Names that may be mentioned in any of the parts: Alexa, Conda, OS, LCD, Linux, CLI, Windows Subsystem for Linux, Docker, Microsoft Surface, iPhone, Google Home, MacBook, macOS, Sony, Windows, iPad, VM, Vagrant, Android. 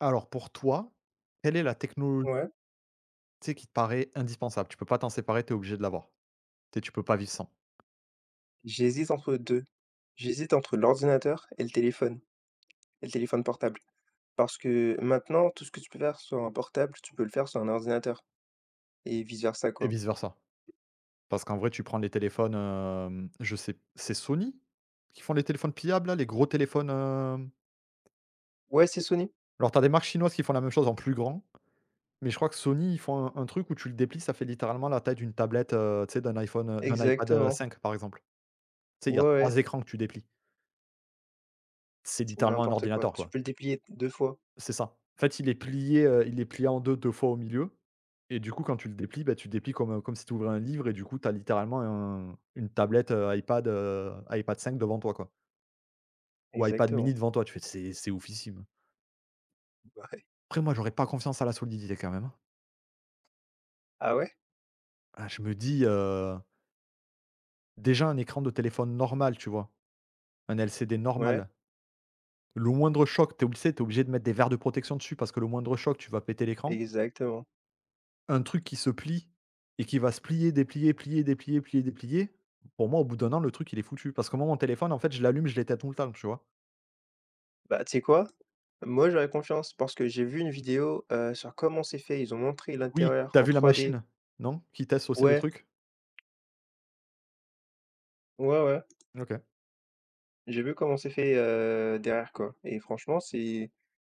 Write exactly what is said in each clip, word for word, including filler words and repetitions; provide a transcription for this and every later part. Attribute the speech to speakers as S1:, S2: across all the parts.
S1: Alors pour toi, quelle est la technologie
S2: Ouais,
S1: tu sais qui te paraît indispensable? Tu peux pas t'en séparer, tu es obligé de l'avoir. Tu sais, tu peux pas vivre sans.
S2: j'hésite entre deux. J'hésite entre l'ordinateur et le téléphone, et le téléphone portable. Parce que maintenant, tout ce que tu peux faire sur un portable, tu peux le faire sur un ordinateur et vice-versa,
S1: Et
S2: quoi.
S1: vice versa. Parce qu'en vrai, tu prends les téléphones, hem, je sais c'est Sony qui font les téléphones pliables là, les gros téléphones, hem?
S2: Ouais, c'est Sony,
S1: Alors tu as des marques chinoises qui font la même chose en plus grand. Mais je crois que Sony, ils font un un truc où tu le déplies, ça fait littéralement la taille d'une tablette, heu, tu sais, d'un iPhone, heu, d'un iPad, heu,
S2: exactement.
S1: cinq, par exemple. Tu sais, il
S2: Ouais,
S1: y a
S2: ouais,
S1: trois écrans que tu déplies. C'est
S2: c'est
S1: littéralement un
S2: n'importe quoi.
S1: ordinateur,
S2: Tu
S1: quoi.
S2: peux le déplier deux fois.
S1: C'est ça. En fait, il est plié, heu, il est plié en deux deux fois au milieu et du coup, quand tu le déplies, bah, tu le déplies comme, heu, comme si tu ouvrais un livre et du coup, tu as littéralement un une tablette, heu, iPad, heu, iPad cinq devant toi, quoi. Ou iPad
S2: Exactement.
S1: mini devant toi, tu fais: «C'est c'est oufissime».
S2: Ouais.
S1: Après moi, j'aurais pas confiance à la solidité quand même, hein.
S2: Ah ouais?
S1: Ah, je me dis, heu, déjà un écran de téléphone normal, tu vois? Un L C D
S2: Ouais,
S1: normal. Le moindre choc, t'es obligé tu obligé de mettre des verres de protection dessus parce que le moindre choc, tu vas péter l'écran.
S2: exactement.
S1: Un truc qui se plie et qui va se plier, déplier, plier, déplier, plier, déplier, pour moi, au bout d'un an, le truc, il est foutu. Parce que moi, mon téléphone, en fait, je l'allume, je l'éteins tout le temps, tu vois?
S2: Bah, tu sais quoi? Moi, j'aurais confiance parce que j'ai vu une vidéo, heu, sur comment c'est fait. Ils ont montré
S1: Oui.
S2: l'intérieur
S1: T'as
S2: en
S1: vu la
S2: trois d.
S1: machine, non? Qui teste aussi le
S2: Ouais,
S1: truc?
S2: ouais, ouais.
S1: OK.
S2: J'ai vu comment c'est fait, heu, derrière, quoi et franchement, c'est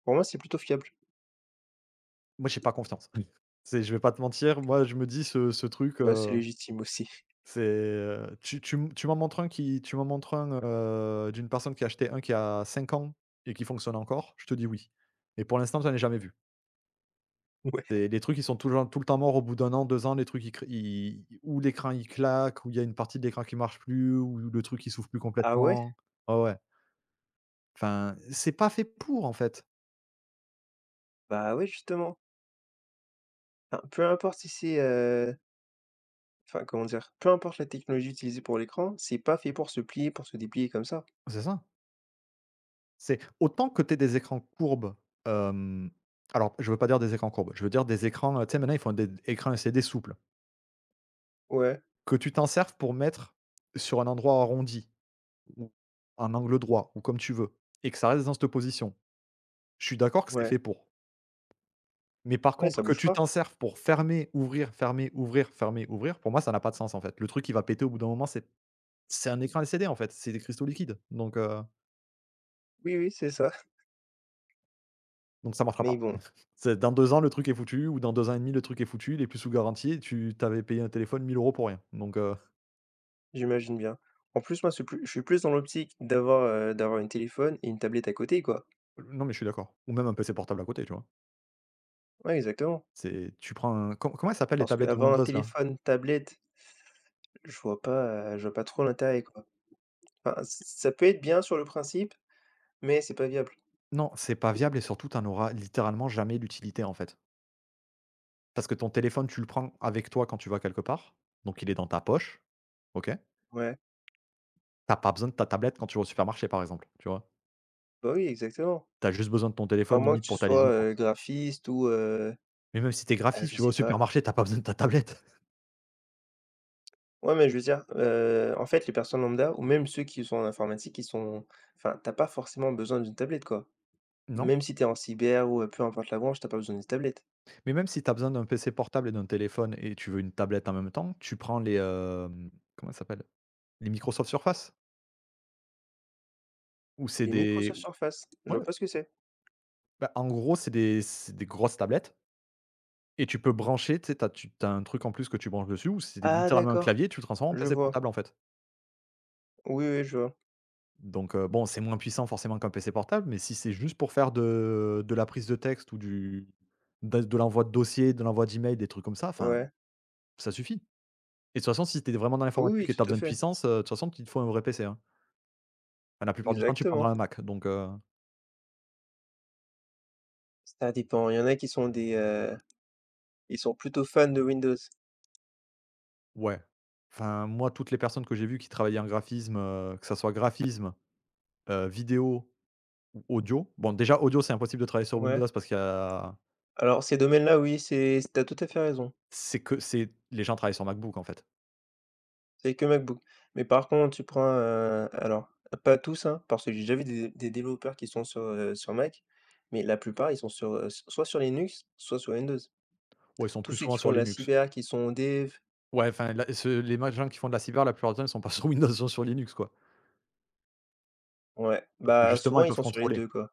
S2: pour moi, c'est plutôt fiable.
S1: Moi, j'ai pas confiance. C'est je vais pas te mentir, moi, je me dis ce ce truc,
S2: Bah, c'est
S1: heu,
S2: légitime aussi.
S1: c'est, heu, tu tu m tu m'en montres un qui tu m'en montres un, heu, d'une personne qui a acheté un qui a cinq ans et qui fonctionne encore, je te dis oui. Mais pour l'instant, j'en ai jamais vu.
S2: Ouais.
S1: C'est les trucs, ils sont toujours tout le temps morts au bout d'un an, deux ans, les trucs ils cr ils ou l'écran il claque, ou il y a une partie de l'écran qui marche plus, ou le truc il s'ouvre plus
S2: Ah ouais?
S1: complètement. Ouais, ouais. Enfin, c'est pas fait pour, en fait.
S2: Bah, ouais, justement. Enfin, peu importe si c'est, heu, enfin, comment dire? Peu importe la technologie utilisée pour l'écran, c'est pas fait pour se plier, pour se déplier comme ça.
S1: C'est ça. C'est autant que tu des écrans courbes, hem, alors je veux pas dire des écrans courbes, je veux dire des écrans, heu, tu sais maintenant ils font des écrans L C D souples,
S2: Ouais,
S1: que tu t'en serves pour mettre sur un endroit arrondi, ou un angle droit, ou comme tu veux, et que ça reste dans cette position. Je suis d'accord que c'est
S2: ouais.
S1: fait pour. Mais par
S2: Ouais, ça
S1: contre, que
S2: bouge
S1: tu
S2: pas.
S1: t'en serves pour fermer, ouvrir, fermer, ouvrir, fermer, ouvrir, pour moi, ça n'a pas de sens, en fait. Le truc, qui va péter au bout d'un moment, c'est c'est un écran L C D, en fait, c'est des cristaux liquides, donc heu,
S2: Oui, oui, c'est ça.
S1: donc ça marchera
S2: Mais
S1: pas.
S2: bon.
S1: C'est dans deux ans, le truc est foutu ou dans deux ans et demi, le truc est foutu, il est plus sous garantie et tu t'avais payé un téléphone mille euros pour rien, donc heu,
S2: J'imagine bien. En plus, moi, c'est plus je suis plus dans l'optique d'avoir, heu, d'avoir un téléphone et une tablette à côté, quoi.
S1: non, mais je suis d'accord ou même un P C portable à côté, tu vois?
S2: Ouais, exactement.
S1: C'est tu prends un com comment elles s'appellent les
S2: Parce
S1: tablettes
S2: qu'avoir un
S1: Windows, là?
S2: téléphone, tablette, je vois pas, heu, je vois pas trop l'intérêt, quoi. Enfin, ç ça peut être bien sur le principe, mais c'est pas viable.
S1: Non, c'est pas viable et surtout, tu en auras littéralement jamais l'utilité, en fait. Parce que ton téléphone, tu le prends avec toi quand tu vas quelque part, donc il est dans ta poche, OK?
S2: Ouais,
S1: T'as pas besoin de ta tablette quand tu vas au supermarché, par exemple, tu vois?
S2: bah, oui, exactement.
S1: Tu as juste besoin de ton
S2: À
S1: téléphone
S2: moins que
S1: limite
S2: tu
S1: pour ta liste
S2: sois,
S1: de
S2: heu,
S1: courses.
S2: graphiste ou, heu,
S1: Mais même si tu es
S2: ah,
S1: graphiste,
S2: je
S1: tu vas au
S2: sais pas.
S1: supermarché, t'as pas besoin de ta tablette,
S2: Ouais, mais je veux dire, heu, en fait, les personnes lambda ou même ceux qui sont en informatique, ils sont enfin, t'as pas forcément besoin d'une tablette, quoi.
S1: non?
S2: Même si t'es en cyber ou, heu, peu importe la branche, t'as pas besoin d'une tablette.
S1: Mais même si tu as besoin d'un P C portable et d'un téléphone et tu veux une tablette en même temps, tu prends les, hem, comment ça s'appelle? Les Microsoft Surface, ou c'est
S2: Les
S1: des
S2: Microsoft Surface? Je
S1: ouais,
S2: vois pas ce que c'est.
S1: bah, en gros, c'est des c'est des grosses tablettes et tu peux brancher, tu sais, tu tu as un truc en plus que tu branches dessus ou c'est
S2: Ah
S1: littéralement un
S2: d'accord,
S1: clavier, tu le transformes en
S2: je
S1: P C
S2: vois.
S1: portable, en fait.
S2: Oui, oui, je vois.
S1: Donc, heu, bon, c'est moins puissant forcément qu'un P C portable, mais si c'est juste pour faire de de la prise de texte ou du de de l'envoi de dossiers, de l'envoi d'email, des trucs comme ça, enfin,
S2: Ouais.
S1: ça suffit. Et de toute façon, si tu es vraiment dans
S2: Oui,
S1: l'informatique et
S2: oui,
S1: que tu as
S2: tout à
S1: besoin de
S2: fait.
S1: puissance, heu, de toute façon, il te faut un vrai P C, hein. Enfin, la plupart du temps, tu prendras
S2: Exactement.
S1: un Mac, donc, heu,
S2: Ça dépend, il y en a qui sont des, heu, ils sont plutôt fans de Windows.
S1: ouais. Enfin, moi, toutes les personnes que j'ai vues qui travaillaient en graphisme, heu, que ça soit graphisme, heu, vidéo ou audio. Bon, déjà audio, c'est impossible de travailler sur
S2: Ouais.
S1: Windows parce qu'il y a
S2: Alors ces domaines-là, oui, c'est t'as tout à fait raison.
S1: c'est que c'est les gens travaillent sur MacBook, en fait.
S2: C'est que MacBook. Mais par contre, tu prends, heu, alors pas tous, hein, parce que j'ai déjà vu des des développeurs qui sont sur, heu, sur Mac, mais la plupart, ils sont sur, heu, soit sur Linux, soit sur Windows.
S1: Ou ils sont
S2: Tous
S1: plus
S2: ceux qui
S1: souvent
S2: font
S1: sur
S2: de la
S1: Linux.
S2: cyber, qui sont dev.
S1: Ouais, enfin, la ce les ma gens qui font de la cyber, la plupart du temps, ils sont pas sur Windows, ils sont sur Linux, quoi.
S2: Ouais,
S1: Parce que
S2: bah,
S1: justement,
S2: souvent
S1: ils
S2: ils
S1: peuvent
S2: sont sur les
S1: contrôler.
S2: deux quoi.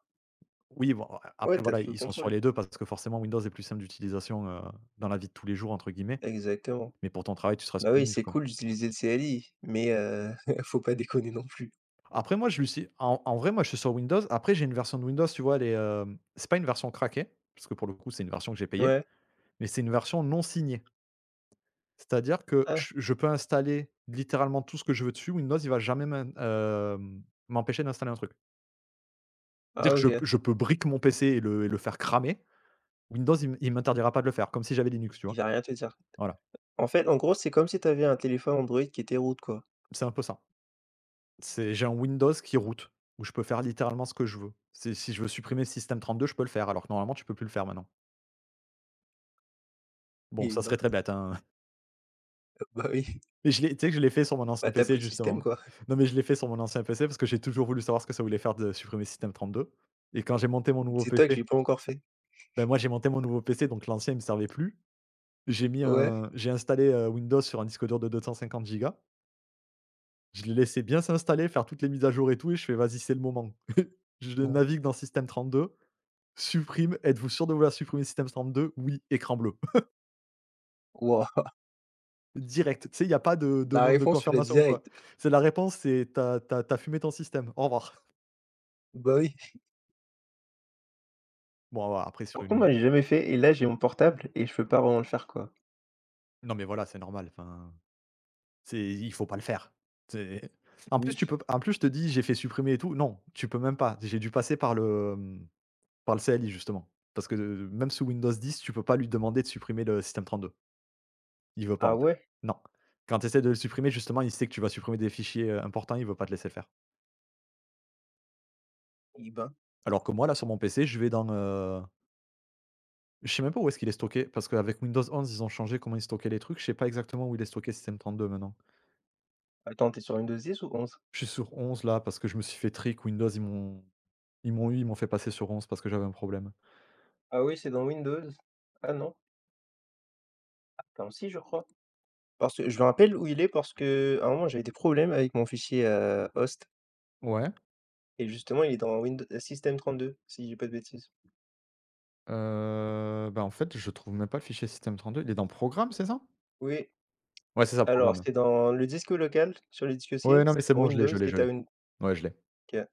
S1: Oui, bon, a
S2: Ouais,
S1: après,
S2: t'as
S1: voilà,
S2: tout le
S1: ils sont sur
S2: contrôle.
S1: les deux parce que forcément Windows est plus simple d'utilisation, heu, «dans la vie de tous les jours» entre guillemets,
S2: Exactement.
S1: mais pour ton travail, tu seras
S2: Bah,
S1: sur
S2: oui,
S1: Linux,
S2: c'est
S1: quoi.
S2: cool d'utiliser le C L I, mais heu, faut pas déconner non plus.
S1: Après moi, je lui suis en en vrai, moi, je suis sur Windows. Après, j'ai une version de Windows, tu vois, elle est, hem, c'est pas une version craquée, parce que pour le coup, c'est une version que j'ai payée,
S2: Ouais.
S1: mais c'est une version non signée. C'est-à-dire que
S2: Ah,
S1: j je peux installer littéralement tout ce que je veux dessus. Windows, il va jamais m'in hem, m'empêcher d'installer un truc.
S2: ah
S1: Dire que je
S2: OK.
S1: je peux brick mon P C et le et le faire cramer, Windows il m il m'interdira pas de le faire, comme si j'avais Linux, tu
S2: Il
S1: vois?
S2: va rien te dire.
S1: Voilà,
S2: En fait, en gros, c'est comme si t'avais un téléphone Android qui était root quoi.
S1: c'est un peu ça. C'est j'ai un Windows qui route où je peux faire littéralement ce que je veux. C'est si je veux supprimer le système trente deux je peux le faire, alors que normalement tu peux plus le faire maintenant. Bon,
S2: Et
S1: ça
S2: bah,
S1: serait très bête, hein,
S2: bah, oui,
S1: mais je l'ai tu sais que je l'ai fait sur mon ancien
S2: bah, t'as plus
S1: P C
S2: de système
S1: justement.
S2: quoi.
S1: Non, mais je l'ai fait sur mon ancien P C parce que j'ai toujours voulu savoir ce que ça voulait faire de supprimer système trente deux et quand j'ai monté mon nouveau
S2: Dis-toi que
S1: P C,
S2: j'ai pas encore fait.
S1: ben, moi j'ai monté mon nouveau P C donc l'ancien il me servait plus. J'ai mis
S2: Ouais.
S1: un j'ai installé, heu, Windows sur un disque dur de deux cent cinquante Go. Je l'ai laissé bien s'installer, faire toutes les mises à jour et tout et je fais: «Vas-y, c'est le moment». Je navigue dans système trente-deux, supprime: «Êtes-vous sûr de vouloir supprimer système trente-deux?» «Oui», écran bleu.
S2: Wow,
S1: Direct, tu sais, il y a pas de
S2: la
S1: demande de
S2: réponse tu l'as
S1: confirmation ou quoi.
S2: direct.
S1: C'est la réponse, c'est: t'as t'as t'as fumé ton système, au revoir».
S2: Bah, oui.
S1: Bon, voilà, après sur
S2: Par contre,
S1: une, euh,
S2: moi, j'ai jamais fait et là, j'ai mon portable et je peux pas vraiment le faire, quoi.
S1: non mais voilà, c'est normal, enfin, c'est il faut pas le faire. C'est en plus,
S2: Oui.
S1: tu peux en plus, je te dis: «J'ai fait supprimer et tout». Non, tu peux même pas. J'ai dû passer par le, mmh, par le C L I justement. Parce que, heu, même sous Windows dix, tu peux pas lui demander de supprimer le système trente-deux. Il veut pas,
S2: Ah
S1: en fait.
S2: ouais?
S1: Non. Quand tu essaies de le supprimer, justement, il sait que tu vas supprimer des fichiers, heu, importants, il veut pas te laisser le faire.
S2: Eh ben.
S1: Alors que moi, là, sur mon P C, je vais dans, heu, je sais même pas où est-ce qu'il est stocké, parce qu'avec Windows onze, ils ont changé comment ils stockaient les trucs. Je sais pas exactement où il est stocké Système deux maintenant.
S2: Attends, t'es sur Windows dix ou onze?
S1: Je suis sur onze là, parce que je me suis fait trick. Windows, ils m'ont ils m'ont eu, ils m'ont fait passer sur onze parce que j'avais un problème.
S2: Ah oui, c'est dans Windows. Ah non, attends, si, je crois. Parce que je me rappelle où il est parce que à un moment, j'avais des problèmes avec mon fichier, heu, host
S1: Ouais,
S2: et justement, il est dans Windows System trente-deux, si je dis pas de bêtises.
S1: heu, bah, en fait, je trouve même pas le fichier Système deux. Il est dans Programme, c'est ça?
S2: Oui,
S1: Ouais, c'est ça,
S2: alors
S1: Programme.
S2: c'est dans le disque local, sur le disque C,
S1: Ouais, non,
S2: c'est
S1: mais c'est
S2: dans
S1: bon, je l'ai,
S2: Windows
S1: je l'ai,
S2: et
S1: je
S2: t'as
S1: l'ai.
S2: une.
S1: Ouais, je l'ai.
S2: OK.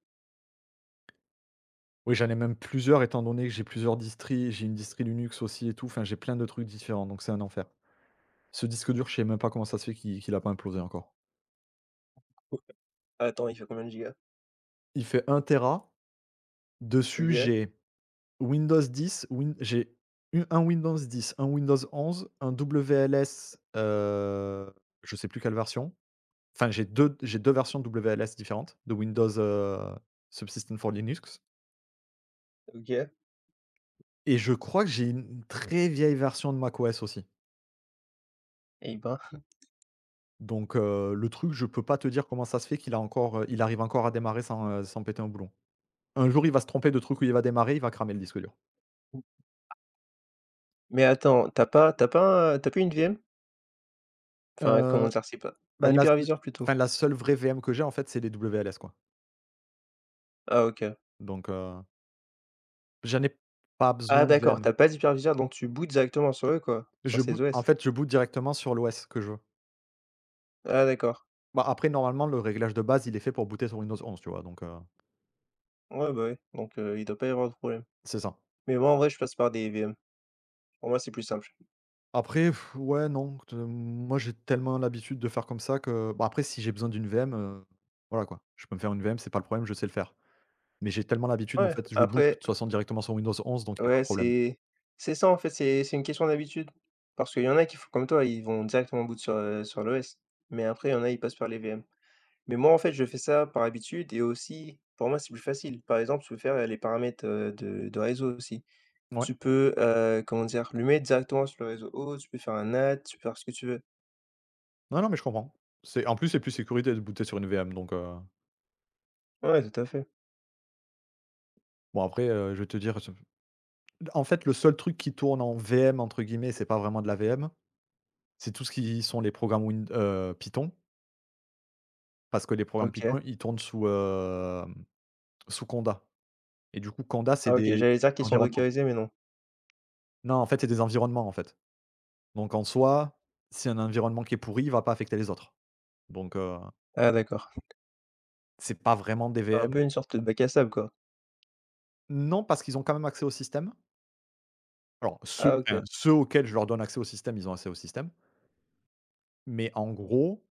S1: Oui, j'en ai même plusieurs étant donné que j'ai plusieurs distris, j'ai une distri Linux aussi et tout, enfin j'ai plein de trucs différents, donc c'est un enfer. Ce disque dur, je sais même pas comment ça se fait qu'il qu'il a pas implosé encore.
S2: Attends, il fait combien de gigas?
S1: Il fait un téra, dessus
S2: OK,
S1: j'ai Windows dix, Win j'ai eu un Windows dix, un Windows onze, un W L S, heu, je sais plus quelle version. Enfin j'ai deux j'ai deux versions W L S différentes de Windows, heu, Subsystem for Linux.
S2: OK.
S1: Et je crois que j'ai une très vieille version de macOS aussi.
S2: Eh ben,
S1: Donc heu, le truc, je peux pas te dire comment ça se fait qu'il a encore, heu, il arrive encore à démarrer sans, heu, sans péter un boulon. Un jour, il va se tromper de truc où il va démarrer, il va cramer le disque dur.
S2: mais attends, t'as pas t'as pas un tu plus une V M? Enfin, comment
S1: Heu,
S2: dire? C'est pas
S1: Bah,
S2: un
S1: la
S2: hyperviseur plutôt?
S1: enfin la seule vraie V M que j'ai, en fait, c'est les W L S, quoi.
S2: Ah OK.
S1: Donc heu, j'en ai pas
S2: Ah
S1: besoin de
S2: d'accord,
S1: V M.
S2: tu as pas d'hyperviseur donc tu bootes directement sur eux quoi, sur
S1: Je
S2: ces
S1: boot en
S2: O S?
S1: fait, je boot directement sur l'O S que je veux.
S2: Ah d'accord.
S1: Bah, après, normalement, le réglage de base, il est fait pour booter sur Windows onze, tu vois? Donc heu,
S2: Ouais, bah, ouais. donc heu, il doit pas y avoir de problème.
S1: c'est ça.
S2: Mais moi en vrai je passe par des V M. Pour moi c'est plus simple.
S1: Après, pff, ouais, non, te moi, j'ai tellement l'habitude de faire comme ça que, bah, après, si j'ai besoin d'une V M, heu, voilà, quoi. Je peux me faire une V M, c'est pas le problème, je sais le faire. Mais j'ai tellement l'habitude, en
S2: Ouais,
S1: fait, je boot de
S2: après
S1: toute façon directement sur Windows onze, donc il y a pas de
S2: ouais
S1: problème.
S2: c'est c'est ça en fait, c'est c'est une question d'habitude. Parce qu'il y en a qui font comme toi, ils vont directement boot sur, heu, sur l'O S. Mais après il y en a, ils passent par les V M. Mais moi en fait, je fais ça par habitude et aussi pour moi c'est plus facile. Par exemple, je peux faire, heu, les paramètres, heu, de de réseau aussi.
S1: Ouais.
S2: Tu peux, heu, comment dire? Le mettre directement sur le réseau haut, tu peux faire un ad, tu peux faire ce que tu veux.
S1: Non, non, mais je comprends. C'est en plus, c'est plus sécurité de booter sur une V M. Donc heu,
S2: Ouais, tout à fait.
S1: bon, après, heu, je vais te dire, ce en fait, le seul truc qui tourne en «V M» entre guillemets, c'est pas vraiment de la V M, c'est tout ce qui sont les programmes Win heu, Python. Parce que les programmes
S2: OK.
S1: Python, ils tournent sous, hem, sous Conda. Et du coup Conda, c'est
S2: Ah OK,
S1: des
S2: j'allais dire qu'ils sont
S1: environnements.
S2: dockerisés, mais non.
S1: Non, en fait, c'est des environnements, en fait. Donc en soi, si un environnement qui est pourri, il va pas affecter les autres. Donc heu,
S2: Ah d'accord.
S1: c'est pas vraiment des
S2: Un peu
S1: V M.
S2: une sorte de bac à sable, quoi.
S1: Non, parce qu'ils ont quand même accès au système. Alors ceux
S2: Ah
S1: enfin,
S2: OK,
S1: ceux auxquels je leur donne accès au système, ils ont accès au système. Mais en gros,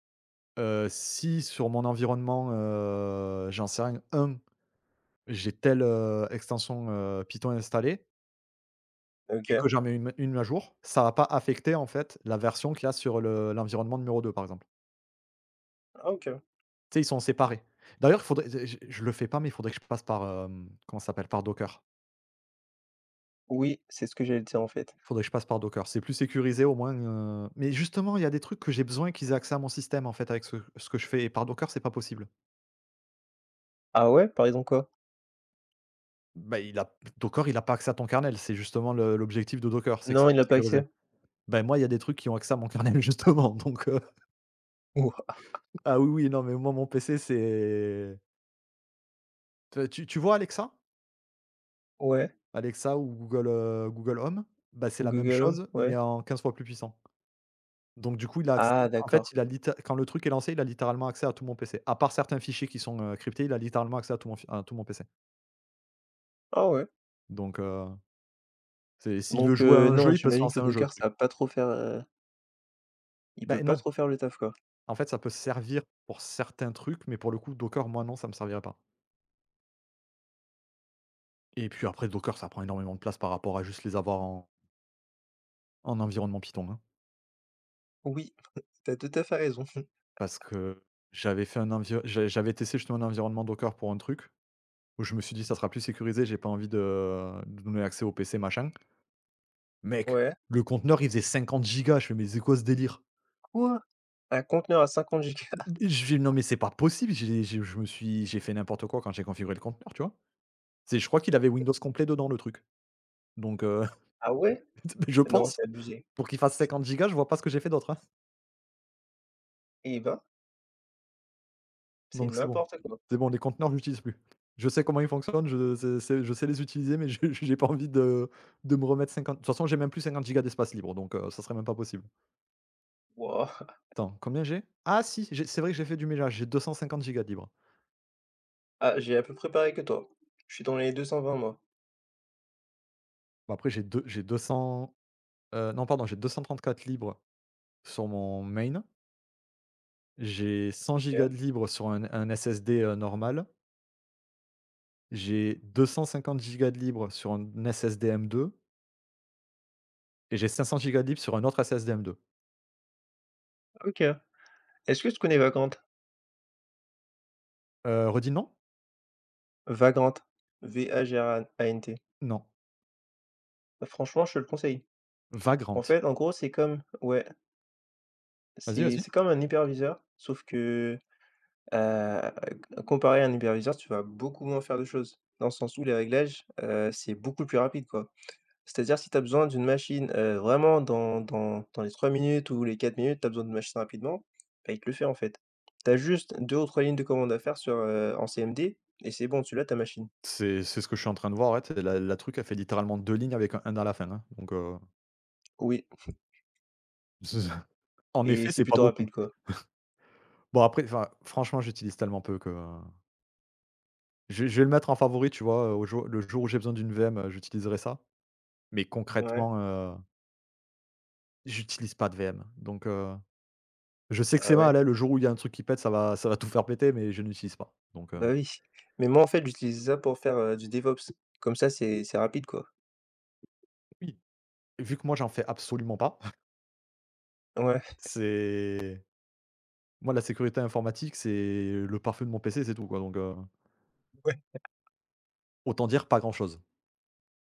S1: heu, si sur mon environnement, heu, j'en sais rien, un, j'ai telle, heu, extension, heu, Python installée, et
S2: OK.
S1: que j'en mets une une à jour, ça va pas affecter, en fait, la version qu'il y a sur le l'environnement numéro deux, par exemple.
S2: Ah OK.
S1: Tu sais, ils sont séparés. D'ailleurs, il faudrait, je je le fais pas, mais il faudrait que je passe par, hem, comment ça s'appelle? Par Docker.
S2: Oui, c'est ce que j'allais dire, en fait.
S1: Faudrait que je passe par Docker. C'est plus sécurisé, au moins, heu, mais justement, il y a des trucs que j'ai besoin qu'ils aient accès à mon système, en fait, avec ce ce que je fais, et par Docker, c'est pas possible.
S2: Ah ouais? Par exemple quoi?
S1: Bah, il a Docker, il a pas accès à ton kernel, c'est justement le l'objectif de Docker, c'est que
S2: Non,
S1: ça
S2: il
S1: soit
S2: a pas
S1: sécurisé.
S2: accès?
S1: Ben moi, il y a des trucs qui ont accès à mon kernel justement. Donc heu,
S2: Ouah.
S1: ah oui, oui, non, mais moi, mon P C, c'est, tu tu tu vois Alexa?
S2: Ouais,
S1: Alexa ou Google, heu, Google Home? Bah, c'est
S2: au
S1: la même
S2: Google Home?
S1: chose, mais
S2: Ouais.
S1: en quinze fois plus puissant. Donc du coup, il a accès,
S2: Ah
S1: en fait,
S2: d'accord.
S1: il a litté quand le truc est lancé, il a littéralement accès à tout mon P C. À part certains fichiers qui sont, heu, cryptés, il a littéralement accès à tout mon fi à tout mon P C.
S2: Ah ouais.
S1: Donc heu, c'est, s'il veut
S2: Donc
S1: jouer à
S2: heu,
S1: un
S2: non,
S1: jeu, il peut se
S2: j'imagine que
S1: lancer un jeu, le
S2: Docker, ça
S1: truc.
S2: va pas trop faire, heu, il peut
S1: Beh,
S2: pas
S1: non,
S2: trop faire le taf, quoi.
S1: en fait, ça peut servir pour certains trucs, mais pour le coup, Docker, moi, non, ça me servirait pas. Et puis après, Docker, ça prend énormément de place par rapport à juste les avoir en en environnement Python, hein.
S2: Oui, t'as tout à fait raison.
S1: Parce que j'avais fait un envio j'a j'avais testé, justement, un environnement Docker pour un truc, où je me suis dit: «Ça sera plus sécurisé, j'ai pas envie de de donner accès au P C, machin.» Mec,
S2: Ouais.
S1: le conteneur, il faisait cinquante gigas. Je fais: «Mais c'est quoi ce délire?»
S2: Quoi? Un conteneur à cinquante gigas?
S1: Je fais: «Non, mais c'est pas possible.» J'ai je je me suis j'ai fait n'importe quoi quand j'ai configuré le conteneur, tu vois? C'est je crois qu'il avait Windows complet dedans, le truc. Donc heu,
S2: Ah ouais?
S1: je
S2: Non,
S1: pense,
S2: c'est abusé
S1: pour qu'il fasse cinquante gigas, je vois pas ce que j'ai fait d'autre, hein.
S2: et il va, c'est
S1: Donc c'est bon.
S2: n'importe quoi.
S1: C'est bon, les conteneurs, je l'utilise plus. Je sais comment ils fonctionnent, je c'est c'est je sais les utiliser, mais je j'ai pas envie de de me remettre cinquante. De toute façon, j'ai même plus cinquante gigas d'espace libre, donc heu, ça serait même pas possible.
S2: Wouah!
S1: Attends, combien j'ai? Ah si, j'ai c'est vrai que j'ai fait du ménage, j'ai deux cent cinquante gigas de libre.
S2: Ah, j'ai à peu près pareil que toi. Je suis dans les deux cent vingt moi.
S1: Bah, après, j'ai deux j'ai deux cents... Heu, non, pardon, j'ai deux cent trente-quatre libres sur mon main, j'ai cent
S2: OK.
S1: gigas de libres sur un un S S D, heu, normal, j'ai deux cent cinquante gigas de libres sur un S S D m deux, et j'ai cinq cents gigas de libres sur un autre S S D m deux.
S2: OK. Est-ce que tu connais Vagrant?
S1: Heu, redis, non?
S2: Vagrant, V-A-G-R-A-N-T.
S1: Non.
S2: Franchement, je te le conseille. En
S1: Vagrant.
S2: fait, en gros, c'est comme ouais,
S1: Vas-y,
S2: c'est
S1: vas-y.
S2: c'est comme un hyperviseur, sauf que, heu, comparé à un hyperviseur, tu vas beaucoup moins faire de choses. Dans le sens où les réglages, heu, c'est beaucoup plus rapide, quoi. C'est-à-dire si tu as besoin d'une machine, heu, vraiment dans dans dans les trois minutes ou les quatre minutes, tu as besoin d'une machine rapidement, bah, il te le fait en fait. Tu as juste deux ou trois lignes de commande à faire sur, heu, en C M D et c'est bon, tu l'as ta machine.
S1: C'est c'est ce que je suis en train de voir, ouais, tu la la truc, a fait littéralement deux lignes avec un 1 à la fin, hein, donc heu,
S2: Oui
S1: en
S2: et
S1: effet,
S2: c'est
S1: c'est pas
S2: plutôt
S1: beaucoup.
S2: rapide quoi.
S1: Bon, après, enfin, franchement, j'utilise tellement peu que, euh, je vais je vais le mettre en favori, tu vois? Euh, au jour le jour où j'ai besoin d'une V M, heu, j'utiliserai ça. Mais
S2: Ouais.
S1: concrètement, heu, j'utilise pas de V M, donc heu, je sais que
S2: Ah
S1: c'est mal,
S2: ouais?
S1: hein, le jour où il y a un truc qui pète, ça va ça va tout faire péter, mais je n'utilise pas, donc heu,
S2: Bah, oui. Mais moi en fait, j'utilise ça pour faire, heu, du DevOps. Comme ça, c'est c'est rapide quoi.
S1: Oui. Vu que moi, j'en fais absolument pas,
S2: Ouais.
S1: c'est, moi, la sécurité informatique, c'est le parfum de mon P C, c'est tout, quoi, donc heu, autant dire pas grand chose.